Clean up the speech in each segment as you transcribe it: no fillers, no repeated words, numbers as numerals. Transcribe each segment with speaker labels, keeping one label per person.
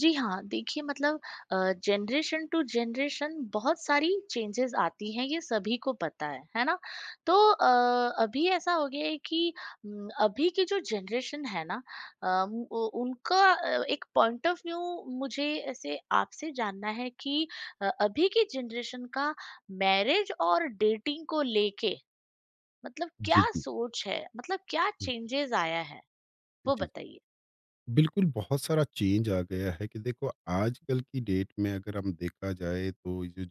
Speaker 1: जी हाँ, देखिए मतलब जनरेशन टू जनरेशन बहुत सारी चेंजेस आती हैं, ये सभी को पता है ना? तो अभी ऐसा हो गया है कि अभी की जो जनरेशन है ना अ, उम, उ उनका एक पॉइंट ऑफ व्यू। मुझे ऐसे आपसे जानना है कि अभी की जनरेशन का मैरिज और डेटिंग को लेके मतलब
Speaker 2: जी,
Speaker 1: क्या
Speaker 2: जी।
Speaker 1: सोच है? मतलब क्या
Speaker 2: हुँ,
Speaker 1: चेंजेस आया है?
Speaker 2: जी,
Speaker 1: वो
Speaker 2: जी।
Speaker 1: बताइए।
Speaker 2: बिल्कुल, बहुत सारा चेंज आ गया है कि देखो, आजकल की डेट में अगर हम देखा जाए तो ये जो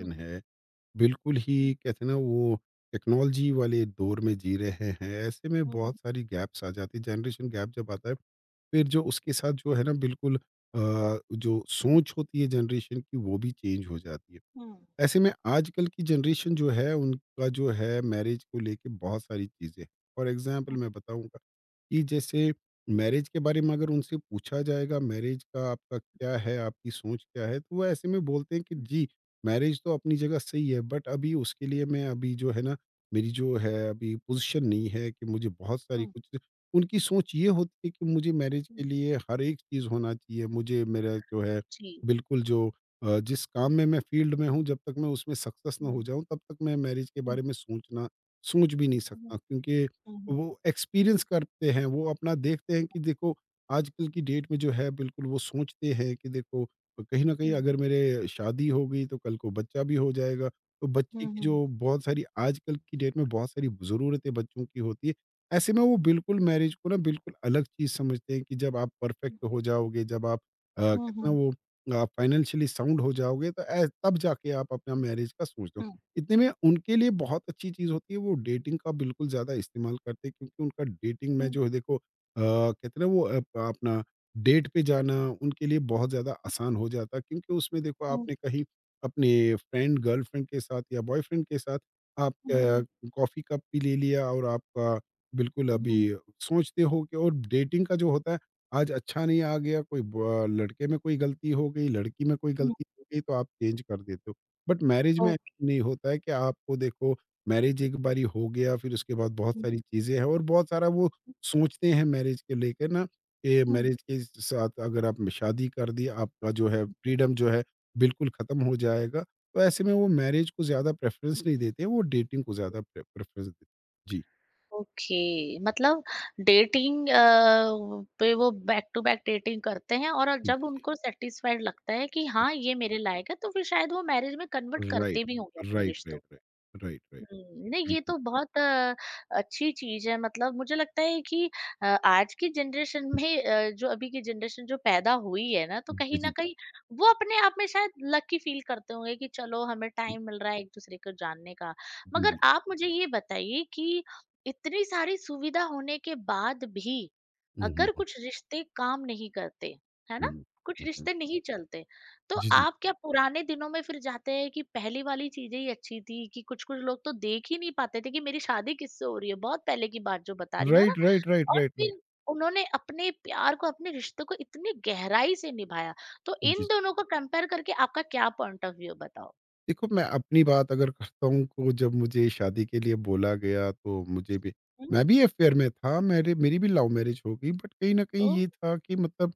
Speaker 1: हुँ,
Speaker 2: है, बिल्कुल ही कहते हैं ना वो टेक्नोलॉजी वाले दौर में जी रहे हैं। ऐसे में
Speaker 1: हुँ, हुँ,
Speaker 2: बहुत सारी गैप्स आ जाती है, जनरेशन गैप जब आता है, फिर जो उसके साथ जो है ना बिल्कुल अ, जो सोच होती है जनरेशन की वो भी चेंज हो जाती है।
Speaker 1: हुँ,
Speaker 2: ऐसे में आजकल की जनरेशन जो है, उनका जो है मैरिज को लेके बहुत सारी चीज़ें हैं। फॉर एग्ज़ाम्पल मैं बताऊँ, कि जैसे मैरिज के बारे में अगर उनसे पूछा जाएगा, मैरिज का आपका क्या है, आपकी सोच क्या है? तो वो ऐसे में बोलते हैं कि जी, मैरिज तो अपनी जगह सही है, बट अभी उसके लिए मैं अभी जो है ना, मेरी जो है अभी पोज़ीशन नहीं है कि मुझे बहुत सारी
Speaker 1: हुँ,
Speaker 2: कुछ। उनकी सोच ये होती है कि मुझे मैरिज के
Speaker 1: हुँ।
Speaker 2: लिए हर एक चीज़ होना चाहिए। मुझे मेरा जो है
Speaker 1: जी।
Speaker 2: बिल्कुल जो जिस काम में मैं फ़ील्ड में हूँ, जब तक मैं उसमें सक्सेस ना हो
Speaker 1: हुँ,
Speaker 2: जाऊँ, तब तक मैं मैरिज के
Speaker 1: हुँ,
Speaker 2: बारे में सोचना, सोच भी नहीं
Speaker 1: हुँ,
Speaker 2: सकता, क्योंकि
Speaker 1: हुँ, हुँ,
Speaker 2: वो एक्सपीरियंस करते हैं, वो अपना देखते हैं कि देखो, आजकल की डेट में जो है बिल्कुल वो सोचते हैं कि देखो, कहीं न कहीं
Speaker 1: हुँ,
Speaker 2: अगर मेरे शादी हो गई तो कल को बच्चा भी हो जाएगा। तो बच्चे
Speaker 1: हुँ,
Speaker 2: की
Speaker 1: हुँ,
Speaker 2: जो बहुत सारी आजकल की डेट में बहुत सारी ज़रूरतें बच्चों की होती है। ऐसे में वो बिल्कुल मैरिज को ना बिल्कुल अलग चीज़ समझते हैं, कि जब आप परफेक्ट हो जाओगे, जब आप कहते
Speaker 1: हुँ,
Speaker 2: हैं ना
Speaker 1: हुँ,
Speaker 2: वो फाइनेंशियली साउंड हो जाओगे तो ए तब जाके आप अपना मैरिज का सोच, इतने में उनके लिए बहुत अच्छी चीज़ होती है, वो डेटिंग का बिल्कुल ज़्यादा इस्तेमाल करते हैं क्योंकि उनका डेटिंग में
Speaker 1: हुँ,
Speaker 2: जो है देखो कहते हैं ना वो अपना डेट पे जाना उनके लिए बहुत ज़्यादा आसान हो जाता है, क्योंकि उसमें देखो
Speaker 1: हुँ,
Speaker 2: आपने कहीं अपने फ्रेंड गर्लफ्रेंड के साथ या बॉयफ्रेंड के साथ आप
Speaker 1: हुँ,
Speaker 2: कॉफ़ी कप भी ले लिया और आपका बिल्कुल अभी
Speaker 1: हुँ,
Speaker 2: सोचते हो, कि और डेटिंग का जो होता है, आज अच्छा नहीं आ गया, कोई लड़के में कोई गलती हो गई, लड़की में कोई
Speaker 1: हुँ,
Speaker 2: गलती हो गई, तो आप चेंज कर देते हो, बट मैरिज में
Speaker 1: ओके,
Speaker 2: नहीं होता है कि आपको देखो, मैरिज एक बारी हो गया फिर उसके बाद बहुत सारी चीज़ें हैं, और बहुत सारा वो सोचते हैं मैरिज के लेकर ना, कि
Speaker 1: हुँ।
Speaker 2: मैरिज के साथ अगर आप शादी कर दी, आपका जो है फ्रीडम जो है बिल्कुल ख़त्म हो जाएगा। तो ऐसे में वो मैरिज को ज़्यादा प्रेफरेंस नहीं देते, वो डेटिंग को ज़्यादा प्रेफरेंस देते। जी
Speaker 1: ओके, मतलब डेटिंग पे वो बैक टू बैक डेटिंग करते हैं और
Speaker 2: जी
Speaker 1: जब
Speaker 2: जी।
Speaker 1: उनको सैटिस्फाइड लगता है कि हाँ, ये मेरे लायक है, तो फिर शायद वो मैरिज में कन्वर्ट
Speaker 2: राइट
Speaker 1: करते भी होंगे
Speaker 2: राइट
Speaker 1: अपने
Speaker 2: राइट
Speaker 1: रिश्तों।
Speaker 2: Right right right.
Speaker 1: हुँ। नहीं, ये
Speaker 2: बिल्कुल।
Speaker 1: तो बहुत अच्छी चीज़ है। मतलब मुझे लगता है कि आज की जनरेशन में जो अभी की जनरेशन जो पैदा हुई है ना, तो
Speaker 2: जी
Speaker 1: कहीं
Speaker 2: जी
Speaker 1: न
Speaker 2: जी
Speaker 1: कहीं वो अपने आप में शायद लकी फ़ील करते होंगे कि चलो हमें टाइम मिल रहा है एक-दूसरे को जानने का।
Speaker 2: जी
Speaker 1: मगर
Speaker 2: जी।
Speaker 1: आप मुझे ये बताइए कि इतनी सारी सुविधा होने के बाद भी
Speaker 2: हम्म, हम्म,
Speaker 1: अगर कुछ रिश्ते काम नहीं करते, है
Speaker 2: हम्म,
Speaker 1: ना? कुछ
Speaker 2: हम्म।
Speaker 1: रिश्ते नहीं चलते, तो
Speaker 2: जी जी।
Speaker 1: आप क्या पुराने दिनों में फिर जाते हैं कि पहली वाली चीज़ें ही अच्छी थी कि कुछ-कुछ लोग तो देख ही नहीं पाते थे कि मेरी शादी किससे हो रही है, बहुत पहले की बात जो बता रही हूँ, है ना?
Speaker 2: राइट राइट राइट
Speaker 1: और
Speaker 2: राइट राइट।
Speaker 1: फिर उन्होंने अपने प्यार को, अपने रिश्ते को इतनी गहराई से निभाया, तो इन
Speaker 2: जी,
Speaker 1: दोनों को कंपेयर करके आपका क्या पॉइंट ऑफ व्यू है बताओ?
Speaker 2: देखो मैं अपनी बात अगर करता हूँ तो जब मुझे शादी के लिए बोला गया तो मुझे भी मैं
Speaker 1: हुँ।
Speaker 2: भी अफेयर में था, मेरे मेरी भी लव मैरिज हो गई, बट कहीं ना कहीं
Speaker 1: ओह!
Speaker 2: ये था कि मतलब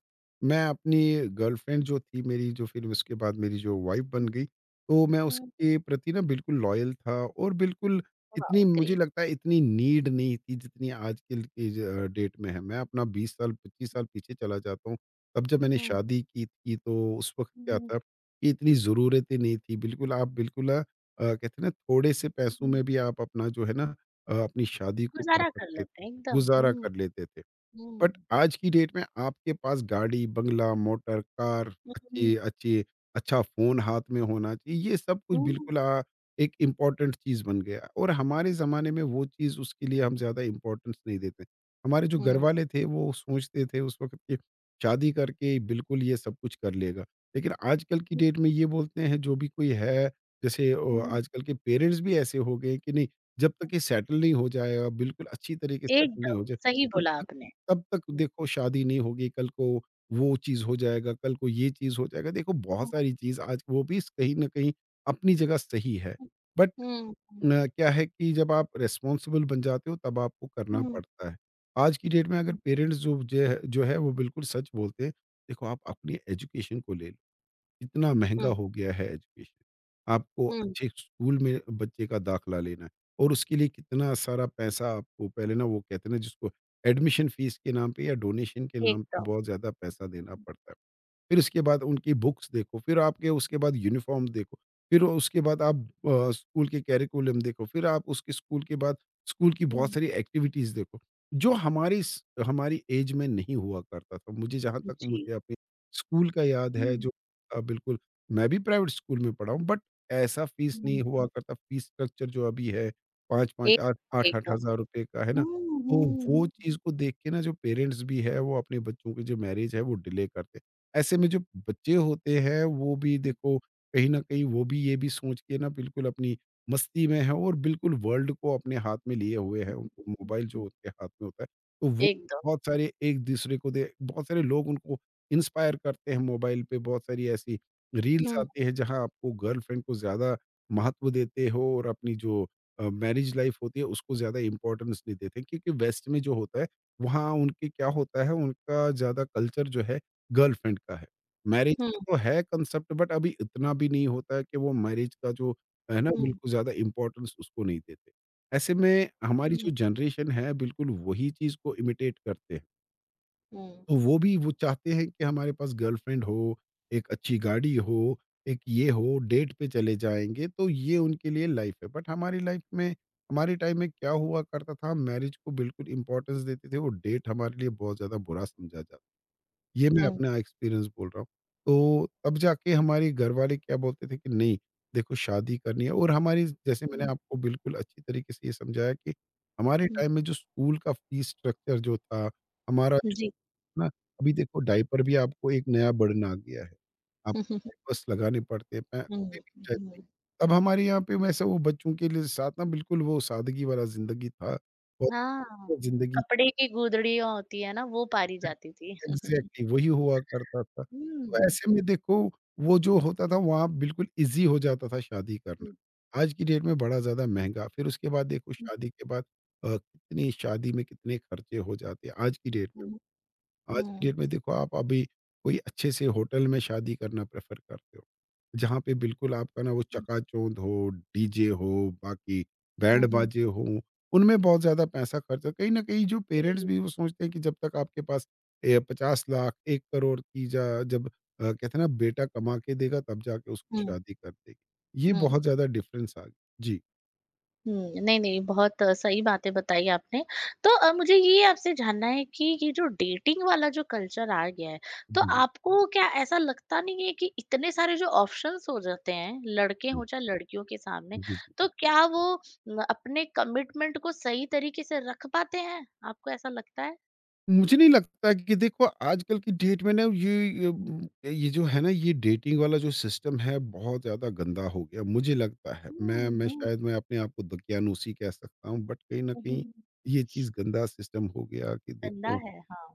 Speaker 2: मैं अपनी गर्लफ्रेंड जो थी मेरी, जो फिर उसके बाद मेरी जो वाइफ बन
Speaker 1: हुँ,
Speaker 2: गई, तो मैं
Speaker 1: हुँ।
Speaker 2: उसके प्रति ना बिल्कुल लॉयल था, और बिल्कुल इतनी
Speaker 1: वाओ!
Speaker 2: मुझे
Speaker 1: ग्रेट।
Speaker 2: लगता है इतनी नीड नहीं थी जितनी आज के डेट में है। मैं अपना 20 साल 25 साल पीछे चला जाता हूँ, तब जब मैंने
Speaker 1: हुँ,
Speaker 2: शादी की थी, तो उस वक्त क्या
Speaker 1: हुँ,
Speaker 2: था कि इतनी ज़रूरतें नहीं थी। बिल्कुल आप बिल्कुल कहते हैं ना थोड़े से पैसों
Speaker 1: हुँ।
Speaker 2: में भी आप अपना जो है ना अपनी शादी को कर
Speaker 1: गुज़ारा कर
Speaker 2: सकते थे,
Speaker 1: लेते हैं एकदम।
Speaker 2: गुज़ारा
Speaker 1: हुँ,
Speaker 2: कर लेते थे। बट
Speaker 1: हुँ,
Speaker 2: आज की डेट में आपके पास गाड़ी, बंगला, मोटर, कार,
Speaker 1: हुँ,
Speaker 2: अच्छी अच्छी अच्छा फ़ोन हाथ में होना चाहिए। ये सब कुछ
Speaker 1: हुँ,
Speaker 2: बिल्कुल एक इम्पोर्टेंट चीज़ बन गया, और हमारे ज़माने में वो चीज़, उसके लिए हम ज़्यादा इम्पोर्टेंस नहीं देते। हमारे जो
Speaker 1: हुँ,
Speaker 2: घरवाले थे वो सोचते थे उस वक़्त कि शादी करके बिल्कुल ये सब कुछ कर लेगा। लेकिन आजकल की
Speaker 1: हुँ,
Speaker 2: डेट में ये बोलते हैं जो भी कोई है, जैसे
Speaker 1: हुँ।
Speaker 2: आजकल के पेरेंट्स भी ऐसे हो गए कि नहीं, जब तक ये सेटल नहीं हो जाएगा, बिल्कुल अच्छी तरीके से सेटल नहीं
Speaker 1: एकदम,
Speaker 2: हो जाए,
Speaker 1: सही
Speaker 2: तब
Speaker 1: बोला आपने।
Speaker 2: तब तक देखो शादी नहीं होगी, कल को वो चीज़ हो जाएगा, कल को ये चीज़ हो जाएगा। देखो बहुत
Speaker 1: हुँ।
Speaker 2: सारी चीज़ आज वो भी कहीं न कहीं अपनी जगह सही है।
Speaker 1: हुँ।
Speaker 2: बट
Speaker 1: हुँ, हुँ,
Speaker 2: क्या है कि जब आप रिस्पॉन्सिबल बन जाते हो, तब आपको करना
Speaker 1: हुँ,
Speaker 2: पड़ता है। आज की डेट में अगर
Speaker 1: हुँ,
Speaker 2: पेरेंट्स जो जो है वो बिल्कुल सच बोलते हैं। देखो आप अपनी एजुकेशन को ले लो। इतना महँगा
Speaker 1: हुँ,
Speaker 2: हो गया है एजुकेशन। आपको
Speaker 1: हुँ,
Speaker 2: अच्छे स्कूल में बच्चे का दाखिला लेना है, और उसके लिए कितना सारा पैसा आपको, पहले ना वो कहते हैं ना जिसको, एडमिशन फीस के नाम पे या डोनेशन के नाम पे
Speaker 1: एकदम।
Speaker 2: बहुत ज़्यादा पैसा देना पड़ता है। फिर उसके बाद उनकी बुक्स देखो, फिर आपके उसके बाद यूनिफ़ॉर्म देखो, फिर उसके बाद आप स्कूल के करिकुलम देखो, फिर आप उसके स्कूल के बाद स्कूल की बहुत
Speaker 1: हुँ,
Speaker 2: सारी एक्टिविटीज़ देखो, जो हमारी ऐज में नहीं हुआ करता था। मुझे, जहाँ तक
Speaker 1: जी।
Speaker 2: मुझे अपने स्कूल का याद है,
Speaker 1: हुँ,
Speaker 2: जो बिल्कुल मैं भी प्राइवेट स्कूल में पढ़ा हूँ, बट ऐसा फ़ीस नहीं
Speaker 1: हुँ,
Speaker 2: हुआ करता, फ़ीस स्ट्रक्चर जो अभी है 5-5
Speaker 1: एक
Speaker 2: 8
Speaker 1: एकदम।
Speaker 2: ₹8-8,000 का है ना?
Speaker 1: हुँ,
Speaker 2: तो
Speaker 1: हुँ,
Speaker 2: वो चीज़ को देख के ना, जो पेरेंट्स भी है वो अपने बच्चों की जो मैरिज है वो डिले करते हैं। ऐसे में जो बच्चे होते हैं वो भी
Speaker 1: हुँ,
Speaker 2: देखो, कहीं ना कहीं वो भी ये भी सोच के ना, बिल्कुल अपनी मस्ती में है, और बिल्कुल वर्ल्ड को अपने हाथ में लिए हुए है,
Speaker 1: हुँ,
Speaker 2: उनको
Speaker 1: हुँ।
Speaker 2: मोबाइल जो उनके हाथ में होता है, तो वो
Speaker 1: एकदम।
Speaker 2: बहुत सारे एक दूसरे को दे, बहुत सारे लोग उनको इंस्पायर करते हैं, मोबाइल पे बहुत सारी ऐसी रील्स
Speaker 1: हुँ,
Speaker 2: आती है, जहां आपको गर्लफ्रेंड को ज्यादा महत्व देते हो, और अपनी जो मैरिज लाइफ होती है उसको ज्यादा इंपॉर्टेंस नहीं देते, क्योंकि वेस्ट में जो होता है वहाँ उनके क्या होता है, उनका ज्यादा कल्चर जो है गर्लफ्रेंड का है। मैरिज
Speaker 1: हुँ,
Speaker 2: का तो है कांसेप्ट, बट अभी इतना भी नहीं होता है कि वो मैरिज का जो है ना
Speaker 1: हुँ,
Speaker 2: बिल्कुल ज़्यादा इम्पोर्टेंस उसको नहीं देते। ऐसे में हमारी जो
Speaker 1: हुँ,
Speaker 2: जनरेशन है बिल्कुल वही चीज़ को इमिटेट करते हैं।
Speaker 1: हुँ,
Speaker 2: तो वो भी वो चाहते हैं कि हमारे पास गर्लफ्रेंड हो, एक अच्छी गाड़ी हो, एक ये हो, डेट पे चले जाएँगे, तो ये उनके लिए लाइफ़ है। बट हमारी लाइफ़ में, हमारे टाइम में क्या हुआ करता था, मैरिज को बिल्कुल इम्पोर्टेंस देते थे, वो डेट हमारे लिए बहुत ज़्यादा बुरा समझा जाता। ये मैं
Speaker 1: हुँ,
Speaker 2: अपना एक्सपीरियंस बोल रहा हूँ। तो तब जाके हमारे घरवाले क्या बोलते थे कि नहीं देखो शादी करनी है, और हमारी, जैसे मैंने आपको बिल्कुल अच्छी तरीके से ये समझाया कि हमारे
Speaker 1: हुँ,
Speaker 2: टाइम में जो स्कूल का फीस स्ट्रक्चर जो था, हमारा
Speaker 1: हुँ,
Speaker 2: जो-
Speaker 1: जी।
Speaker 2: ना, अभी देखो डायपर भी आपको एक नया बर्डन आ गया है। आप डायपर्स लगाने पड़ते हैं, पै कोई
Speaker 1: हुँ,
Speaker 2: भी चाहे तो।
Speaker 1: हुँ,
Speaker 2: अब हमारे यहाँ पे वैसे वो बच्चों के लिए साथ ना बिल्कुल वो सादगी वाला ज़िंदगी था। बहुत
Speaker 1: हाँ,
Speaker 2: ज़िंदगी
Speaker 1: कपड़े की गुदड़ियाँ होती है ना, वो पारी जाती थी। हुँ,
Speaker 2: एग्ज़ैक्टली वही हुआ करता था। तो
Speaker 1: हुँ,
Speaker 2: ऐसे में देखो, वो जो होता था वहाँ बिल्कुल ईज़ी हो जाता था शादी
Speaker 1: हुँ,
Speaker 2: करना। आज की डेट में बड़ा ज़्यादा महँगा, फिर उसके बाद देखो
Speaker 1: हुँ,
Speaker 2: शादी के बाद कितनी शादी में कितने खर्चे हो जाते हैं आज की डेट में।
Speaker 1: हुँ,
Speaker 2: आज की डेट में देखो आप अभी कोई अच्छे से होटल में शादी करना प्रेफ़र करते हो। जहाँ पे बिल्कुल आपका ना वो
Speaker 1: हुँ,
Speaker 2: चकाचौंध हो, डीजे हो, बाकी बैंड
Speaker 1: हुँ, हुँ,
Speaker 2: बाजे हों, उनमें बहुत ज़्यादा पैसा खर्च हो। कहीं न कहीं जो पेरेंट्स
Speaker 1: जी।
Speaker 2: भी वो सोचते हैं कि जब तक आपके पास ए 50 लाख, 1 करोड़ की जा जब कहते हैं ना बेटा कमा के देगा, तब जाके उसको
Speaker 1: हुँ,
Speaker 2: शादी कर देगी। ये बहुत
Speaker 1: हुँ।
Speaker 2: ज़्यादा डिफरेंस आ गया। जी।
Speaker 1: हुँ, नहीं, नहीं, बहुत सही बातें बताई आपने। तो मुझे ये आपसे जानना है कि ये जो डेटिंग वाला जो कल्चर आ गया है, तो
Speaker 2: जी, जी।
Speaker 1: आपको क्या ऐसा लगता नहीं है कि इतने सारे जो ऑप्शंस हो जाते हैं, लड़के
Speaker 2: हुँ।
Speaker 1: हों चाहे लड़कियों के सामने,
Speaker 2: जी, जी।
Speaker 1: तो क्या वो न अपने कमिटमेंट को सही तरीके से रख पाते हैं? आपको ऐसा लगता है?
Speaker 2: मुझे नहीं लगता कि देखो, आजकल की डेट में ना ये जो है ना, ये डेटिंग वाला जो सिस्टम है बहुत ज़्यादा गंदा हो गया, मुझे लगता है, मैं
Speaker 1: हुँ,
Speaker 2: मैं
Speaker 1: हुँ,
Speaker 2: शायद मैं अपने आप को दकियानूसी कह सकता हूँ, बट कहीं ना कहीं
Speaker 1: हुँ।
Speaker 2: ये चीज़ गंदा सिस्टम हो गया, कि
Speaker 1: गंदा
Speaker 2: देखो
Speaker 1: है, हाँ।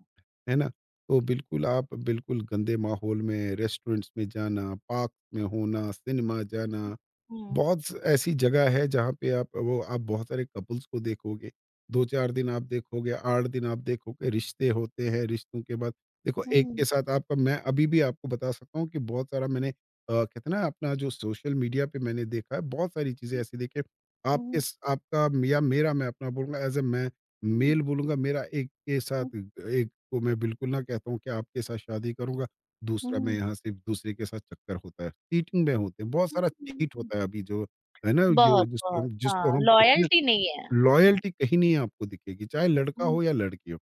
Speaker 2: है ना, तो बिल्कुल आप बिल्कुल गंदे माहौल में, रेस्टोरेंट्स में जाना, पार्क में होना, सिनेमा जाना,
Speaker 1: हुँ,
Speaker 2: बहुत स ऐसी जगह है, जहाँ पे आप वो आप बहुत सारे कपल्स को देखोगे, 2-4 दिन आप देखोगे, 8 दिन आप देखोगे, रिश्ते होते हैं, रिश्तों के बाद देखो, एक
Speaker 1: हुँ,
Speaker 2: के साथ आपका, मैं अभी भी आपको बता सकता हूँ कि बहुत सारा मैंने कहते हैं ना अपना जो सोशल मीडिया पे मैंने देखा है, बहुत सारी चीज़ें
Speaker 1: हुँ,
Speaker 2: ऐसी देखी है। आप
Speaker 1: हुँ,
Speaker 2: इस आपका या मेरा, मैं अपना बोलूँगा एज़ अ, मैं मेल बोलूँगा, मेरा एक के
Speaker 1: हुँ,
Speaker 2: साथ एक को मैं बिल्कुल ना कहता हूँ कि आपके साथ शादी करूँगा। दूसरा में
Speaker 1: हुँ,
Speaker 2: यहाँ से दूसरे के साथ चक्कर होता है। चीटिंग में होते हैं, बहुत सारा चीट
Speaker 1: हुँ।
Speaker 2: होता है अभी जो है ना, जो
Speaker 1: बहुत,
Speaker 2: जिसको हम
Speaker 1: बहुत,
Speaker 2: जिसको
Speaker 1: हाँ,
Speaker 2: हम कहते हैं ना
Speaker 1: लॉयल्टी नहीं है। हुँ,
Speaker 2: लॉयल्टी कहीं नहीं आपको दिखेगी, चाहे लड़का
Speaker 1: हुँ,
Speaker 2: हो या लड़की हो।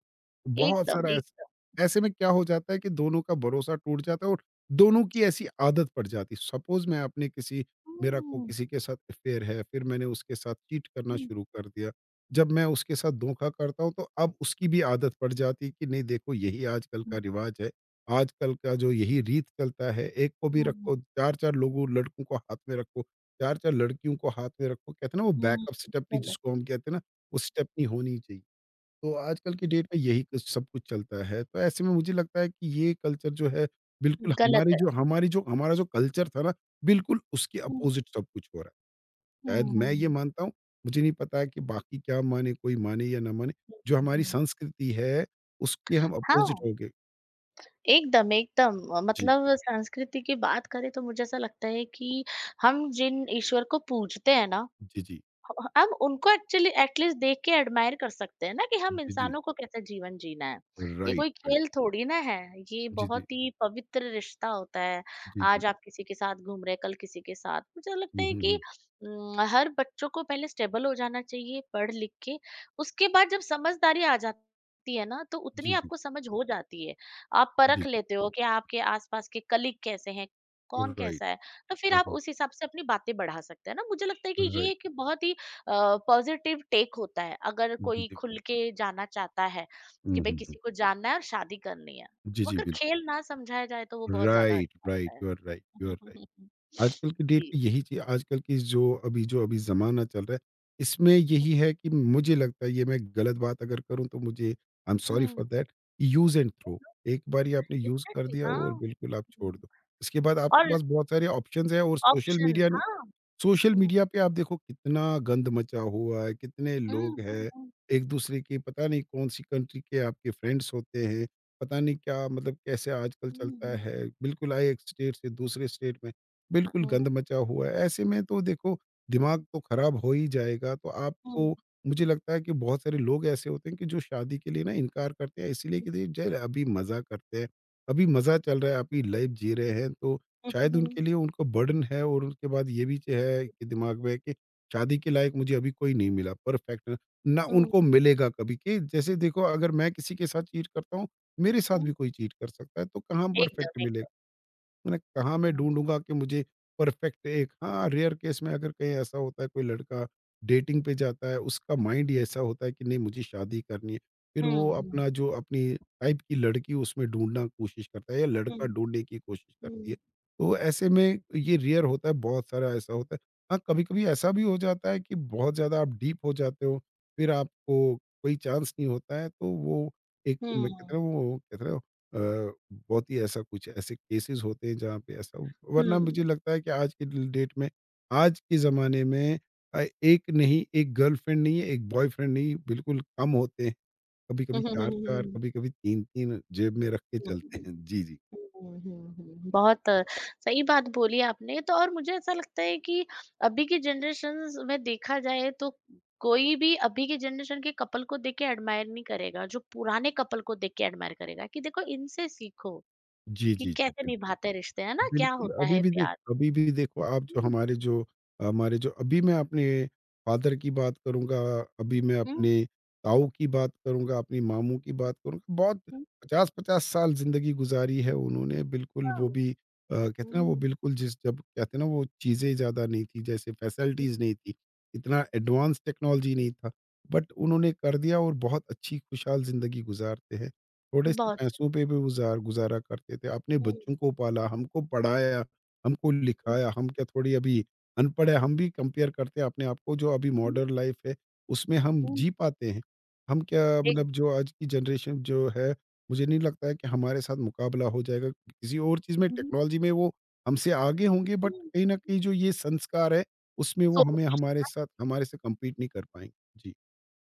Speaker 2: बहुत
Speaker 1: एकदम,
Speaker 2: सारा ऐस
Speaker 1: एकदम।
Speaker 2: ऐसे में क्या हो जाता है कि दोनों का भरोसा टूट जाता है और दोनों की ऐसी आदत पड़ जाती है। सपोज़ मैं अपने किसी मेरा को
Speaker 1: हुँ,
Speaker 2: किसी के साथ अफ़ेयर है, फिर मैंने उसके साथ चीट करना
Speaker 1: हुँ,
Speaker 2: शुरू कर दिया। जब मैं उसके साथ धोखा करता हूँ, तो अब उसकी भी आदत पड़ जाती है कि नहीं देखो यही आजकल
Speaker 1: हुँ,
Speaker 2: का रिवाज है। आजकल का जो यही रीत चलता है, एक को भी
Speaker 1: हुँ,
Speaker 2: रखो, 4-4 लोगों लड़कों को हाथ में रखो। 4-4 लड़कियों को हाथ में रखो, कहते हैं ना वो
Speaker 1: हुँ,
Speaker 2: बैकअप स्टेपनी
Speaker 1: गलत,
Speaker 2: जिसको हम कहते हैं ना, वो स्टेपनी होनी चाहिए। तो आजकल की डेट में यही कुछ सब कुछ चलता है। तो ऐसे में मुझे लगता है कि ये कल्चर जो है बिल्कुल
Speaker 1: गलत है।
Speaker 2: हमारी जो हमारा जो कल्चर था ना, बिल्कुल उसके
Speaker 1: हुँ,
Speaker 2: अपोज़िट सब कुछ हो रहा है। शायद
Speaker 1: हुँ,
Speaker 2: मैं ये
Speaker 1: हुँ,
Speaker 2: मानता हूँ, मुझे नहीं पता है कि बाकी क्या माने, कोई माने या ना माने।
Speaker 1: हुँ,
Speaker 2: जो हमारी
Speaker 1: हुँ।
Speaker 2: संस्कृति है, उसके हम
Speaker 1: हाँ,
Speaker 2: अपोज़िट हो गए।
Speaker 1: एकदम, एकदम।
Speaker 2: जी,
Speaker 1: मतलब संस्कृति की बात करें तो मुझे ऐसा लगता है कि हम जिन ईश्वर को पूजते हैं ना, ह
Speaker 2: जी, जी।
Speaker 1: हम उनको एक्चुअली एटलीस्ट देख के एडमायर कर सकते हैं ना कि हम
Speaker 2: जी, जी।
Speaker 1: इंसानों को कैसा जीवन जीना है। ये
Speaker 2: राइट,
Speaker 1: कोई
Speaker 2: राइट।
Speaker 1: खेल थोड़ी ना है, ये
Speaker 2: जी,
Speaker 1: बहुत
Speaker 2: जी।
Speaker 1: ही पवित्र रिश्ता होता है।
Speaker 2: जी, जी।
Speaker 1: आज आप किसी के साथ घूम रहे, कल किसी के साथ। मुझे लगता
Speaker 2: हुँ,
Speaker 1: है
Speaker 2: हुँ,
Speaker 1: कि
Speaker 2: हुँ।
Speaker 1: हर बच्चों को पहले स्टेबल हो जाना चाहिए पढ़-लिख के। उसके बाद जब समझदारी आ जाती है ना, तो उतनी
Speaker 2: जी, जी।
Speaker 1: आपको समझ हो जाती है। आप
Speaker 2: जी, जी।
Speaker 1: परख लेते हो कि आपके आस-पास के कलीग कैसे हैं, कौन
Speaker 2: राइट।
Speaker 1: कैसा है, तो फिर आप
Speaker 2: राइट,
Speaker 1: उस हिसाब से अपनी बातें बढ़ा सकते हैं ना। मुझे लगता है कि ये
Speaker 2: राइट।
Speaker 1: एक बहुत ही पॉजिटिव टेक होता है अगर
Speaker 2: जी,
Speaker 1: कोई
Speaker 2: जी।
Speaker 1: खुल के जाना चाहता है कि
Speaker 2: हुँ,
Speaker 1: भाई
Speaker 2: हुँ, हुँ।
Speaker 1: किसी को जानना है और शादी करनी है,
Speaker 2: जी, जी,
Speaker 1: मगर
Speaker 2: बिल्कुल।
Speaker 1: खेल ना समझाया जाए तो वो बहुत ज्यादा
Speaker 2: राइट,
Speaker 1: अच्छा
Speaker 2: राइट,
Speaker 1: होता
Speaker 2: यू आर राइट,
Speaker 1: है।
Speaker 2: You are right. आजकल की डेट
Speaker 1: जी।
Speaker 2: में यही चीज़ आजकल की जो अभी
Speaker 1: हम्म।
Speaker 2: ज़माना चल रहा है, इसमें यही है कि मुझे लगता है ये मैं गलत बात अगर करूँ तो मुझे I am sorry
Speaker 1: hmm,
Speaker 2: for that use and throw. एक बारी आपने यूज़ कर
Speaker 1: एग्जैक्टली
Speaker 2: दिया
Speaker 1: हाँ।
Speaker 2: और बिल्कुल आप छोड़
Speaker 1: हम्म,
Speaker 2: दो। इसके बाद आपके
Speaker 1: और
Speaker 2: पास बहुत सारे ऑप्शंस हैं और
Speaker 1: ऑप्शन हाँ।
Speaker 2: सोशल
Speaker 1: हम्म,
Speaker 2: मीडिया पे आप देखो कितना गंद मचा हुआ है, कितने लोग
Speaker 1: हम्म,
Speaker 2: हैं,
Speaker 1: हम्म,
Speaker 2: एक दूसरे के पता नहीं कौन सी कंट्री के आपके फ्रेंड्स होते हैं, पता नहीं क्या मतलब कैसे आजकल चलता
Speaker 1: हम्म,
Speaker 2: है, बिल्कुल आए एक स्टेट से दूसरे स्टेट में, बिल्कुल
Speaker 1: हम्म,
Speaker 2: गंद मचा हुआ है। ऐसे में तो देखो दिमाग तो खराब हो ही जाएगा, तो
Speaker 1: हम्म,
Speaker 2: आपको मुझे लगता है कि बहुत सारे लोग ऐसे होते हैं कि जो शादी के लिए ना इनकार करते हैं इसीलिए कि देखिए, जय अभी मज़ा करते हैं, अभी मज़ा चल रहा है, अभी लाइफ जी रहे हैं, तो शायद
Speaker 1: हम्म,
Speaker 2: उनके लिए उनको बर्डन है, और उनके बाद ये भी है कि दिमाग में है कि शादी के लायक मुझे अभी कोई नहीं मिला परफेक्ट। ना
Speaker 1: हम्म,
Speaker 2: उनको मिलेगा कभी, कि जैसे देखो अगर मैं किसी के साथ चीट करता हूँ, मेरे साथ
Speaker 1: हम्म,
Speaker 2: भी कोई चीट कर सकता है, तो कहाँ परफेक्ट
Speaker 1: एकदम
Speaker 2: मिलेगा,
Speaker 1: एकदम।
Speaker 2: मैं
Speaker 1: हम्म,
Speaker 2: ढूँढूँगा कि मुझे परफेक्ट एक। हाँ, रेयर केस में अगर कहीं ऐसा होता है कोई लड़का डेटिंग पे जाता है, उसका माइंड ही ऐसा होता है कि नहीं मुझे शादी करनी है। फिर
Speaker 1: हम्म,
Speaker 2: वो
Speaker 1: हम्म,
Speaker 2: अपना जो अपनी टाइप की लड़की उसमें ढूँढना कोशिश करता है या लड़का
Speaker 1: हम्म,
Speaker 2: ढूँढने की कोशिश करती है।
Speaker 1: हम्म,
Speaker 2: तो ऐसे में ये रेयर होता है, बहुत सारा ऐसा होता है। हाँ, कभी-कभी ऐसा भी हो जाता है कि बहुत ज़्यादा आप डीप हो जाते हो, फिर आपको कोई चांस नहीं होता है, तो वो एक मैं कहता
Speaker 1: हम्म,
Speaker 2: हूँ वो कहते हैं अ, बहुत ही ऐसा कुछ ऐसे केसेस होते हैं जहाँ पे ऐसा। वरना
Speaker 1: हम्म,
Speaker 2: मुझे लगता है कि डेट में आज के ज़माने में एक नहीं एक गर्लफ्रेंड नहीं है, एक बॉयफ्रेंड नहीं बिल्कुल कम होते हैं। कभी-कभी
Speaker 1: हम्म, हम्म,
Speaker 2: 4-4
Speaker 1: हम्म,
Speaker 2: कभी-कभी 3-3 जेब में रख के
Speaker 1: हम्म,
Speaker 2: चलते
Speaker 1: हम्म,
Speaker 2: हैं। जी, जी।
Speaker 1: हुँ, हुँ, हुँ। बहुत सही बात बोली आपने। तो और मुझे ऐसा लगता है कि अभी की जनरेशन्स में देखा जाए तो कोई भी अभी के जनरेशन के कपल को देख के एडमायर नहीं करेगा, जो पुराने कपल को देख के एडमायर करेगा कि देखो इनसे सीखो
Speaker 2: जी,
Speaker 1: कि
Speaker 2: जी, जी।
Speaker 1: कैसे
Speaker 2: बिल्कुल।
Speaker 1: निभाते रिश्ते हैं ना, क्या
Speaker 2: बिल्कुल,
Speaker 1: होता है प्यार।
Speaker 2: अभी भी देखो आप जो
Speaker 1: हुँ,
Speaker 2: हमारे जो हमारे जो अभी मैं अपने फादर की बात करूँगा, अभी मैं
Speaker 1: हुँ,
Speaker 2: अपने ताऊ की बात करूँगा, अपनी मामू की बात करूँगा, बहुत
Speaker 1: हुँ,
Speaker 2: 50-50 साल ज़िंदगी गुज़ारी है उन्होंने, बिल्कुल
Speaker 1: हाँ,
Speaker 2: वो भी कहते
Speaker 1: हुँ,
Speaker 2: हैं ना वो
Speaker 1: हुँ,
Speaker 2: बिल्कुल जिस जब कहते हैं ना वो चीज़ें ज़्यादा नहीं थी, जैसे फैसिलिटीज़ नहीं थी, इतना एडवांस टेक्नोलॉजी नहीं था, बट उन्होंने कर दिया और बहुत अच्छी खुशहाल ज़िंदगी गुज़ारते हैं। थोड़े से
Speaker 1: बहुत,
Speaker 2: पैसों पे भी गुज़ारा करते थे। अपने बच्चों
Speaker 1: हुँ,
Speaker 2: को पाला, हमको पढ़ाया, हमको
Speaker 1: हुँ,
Speaker 2: लिखाया। हम क्या थोड़ी अभी अनपढ़ है, हम भी कंपेयर करते हैं अपने आप को जो अभी
Speaker 1: हुँ,
Speaker 2: मॉडर्न लाइफ़ है, उसमें हम
Speaker 1: हुँ,
Speaker 2: जी पाते हैं। हम क्या
Speaker 1: एक,
Speaker 2: मतलब जो आज की जनरेशन जो है, मुझे नहीं लगता है कि हमारे साथ मुकाबला हो जाएगा किसी और चीज़ में।
Speaker 1: हुँ,
Speaker 2: टेक्नोलॉजी में वो हमसे आगे होंगे बट
Speaker 1: हुँ,
Speaker 2: कहीं न कहीं जो ये संस्कार है, उसमें वो
Speaker 1: सो
Speaker 2: हमें हमारे साथ हमारे से कम्पीट नहीं कर पाएँगे। जी।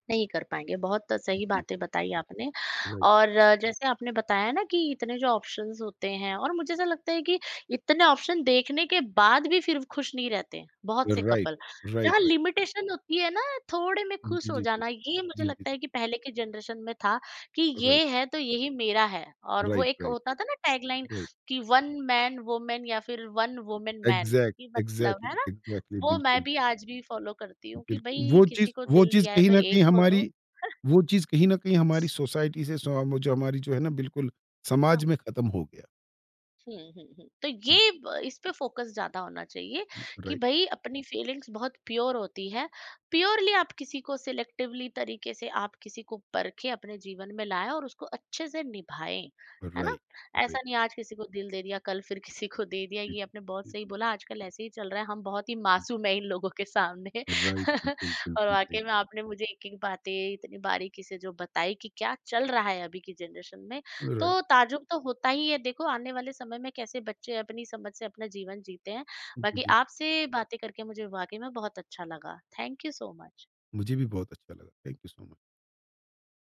Speaker 1: नहीं कर पाएँगे, बहुत सही
Speaker 2: हुँ।
Speaker 1: बातें बताई आपने।
Speaker 2: राइट,
Speaker 1: और जैसे आपने बताया ना कि इतने जो ऑप्शंस होते हैं और मुझे ऐसा लगता है कि इतने ऑप्शन देखने के बाद भी फिर खुश नहीं रहते हैं, बहुत से
Speaker 2: राइट, राइट,
Speaker 1: कपल। जहाँ
Speaker 2: राइट।
Speaker 1: लिमिटेशन होती है ना, थोड़े में खुश
Speaker 2: जी,
Speaker 1: हो
Speaker 2: जी, जी।
Speaker 1: जाना, ये मुझे
Speaker 2: जी, जी।
Speaker 1: लगता है कि पहले के जनरेशन में था कि
Speaker 2: राइट,
Speaker 1: ये है तो यही मेरा है। और वो
Speaker 2: राइट,
Speaker 1: एक
Speaker 2: राइट,
Speaker 1: होता था ना टैगलाइन
Speaker 2: राइट।
Speaker 1: कि वन मैन वूमेन या फिर वन वूमेन मैन कि मतलब है
Speaker 2: एग्ज़ैक्टली,
Speaker 1: ना?
Speaker 2: एग्ज़ैक्टली,
Speaker 1: वो
Speaker 2: बिल्कुल,
Speaker 1: मैं भी
Speaker 2: बिल्कुल,
Speaker 1: आज भी फॉलो करती हूँ कि
Speaker 2: बिल्कुल।
Speaker 1: भई किसी को दिल दिया है तो एक को दो।
Speaker 2: वो चीज़ कहीं न कहीं हमारी सोसाइटी से सो म जो हमारी जो है ना बिल्कुल
Speaker 1: हाँ,
Speaker 2: समाज में ख़त्म हो गया।
Speaker 1: हुँ, हुँ, हुँ। तो
Speaker 2: हुँ,
Speaker 1: ये ब इस पे फ़ोकस ज़्यादा होना चाहिए
Speaker 2: हुँ,
Speaker 1: कि
Speaker 2: राइट,
Speaker 1: भई अपनी फीलिंग्स बहुत प्योर होती है। प्योरली आप किसी को सिलेक्टिवली तरीके से आप किसी को परखें, अपने जीवन में लाएँ और उसको अच्छे से निभाएँ, है ना?
Speaker 2: राइट,
Speaker 1: ऐसा
Speaker 2: राइट।
Speaker 1: नहीं आज किसी को दिल दे दिया, कल फिर किसी को दे दिया।
Speaker 2: जी,
Speaker 1: ये आपने बहुत
Speaker 2: जी,
Speaker 1: सही बोला, आजकल ऐसे ही चल रहा है, हम बहुत ही
Speaker 2: जी,
Speaker 1: मासूम हैं इन लोगों के सामने।
Speaker 2: राइट, बिल्कुल,
Speaker 1: और
Speaker 2: बिल्कुल सही
Speaker 1: वाक़ई में
Speaker 2: बात।
Speaker 1: आपने मुझे एक-एक बातें इतनी बारीकी से जो बताई कि क्या चल रहा है अभी की जनरेशन में,
Speaker 2: राइट,
Speaker 1: तो ताज्जुब तो होता ही है। देखो आने वाले समय में कैसे बच्चे अपनी समझ से अपना जीवन जीते हैं।
Speaker 2: जी,
Speaker 1: बाकी
Speaker 2: जी।
Speaker 1: आपसे बातें करके मुझे वाक़ई में बहुत अच्छा लगा। Thank you so much.
Speaker 2: मुझे भी बहुत अच्छा लगा। Thank you so much.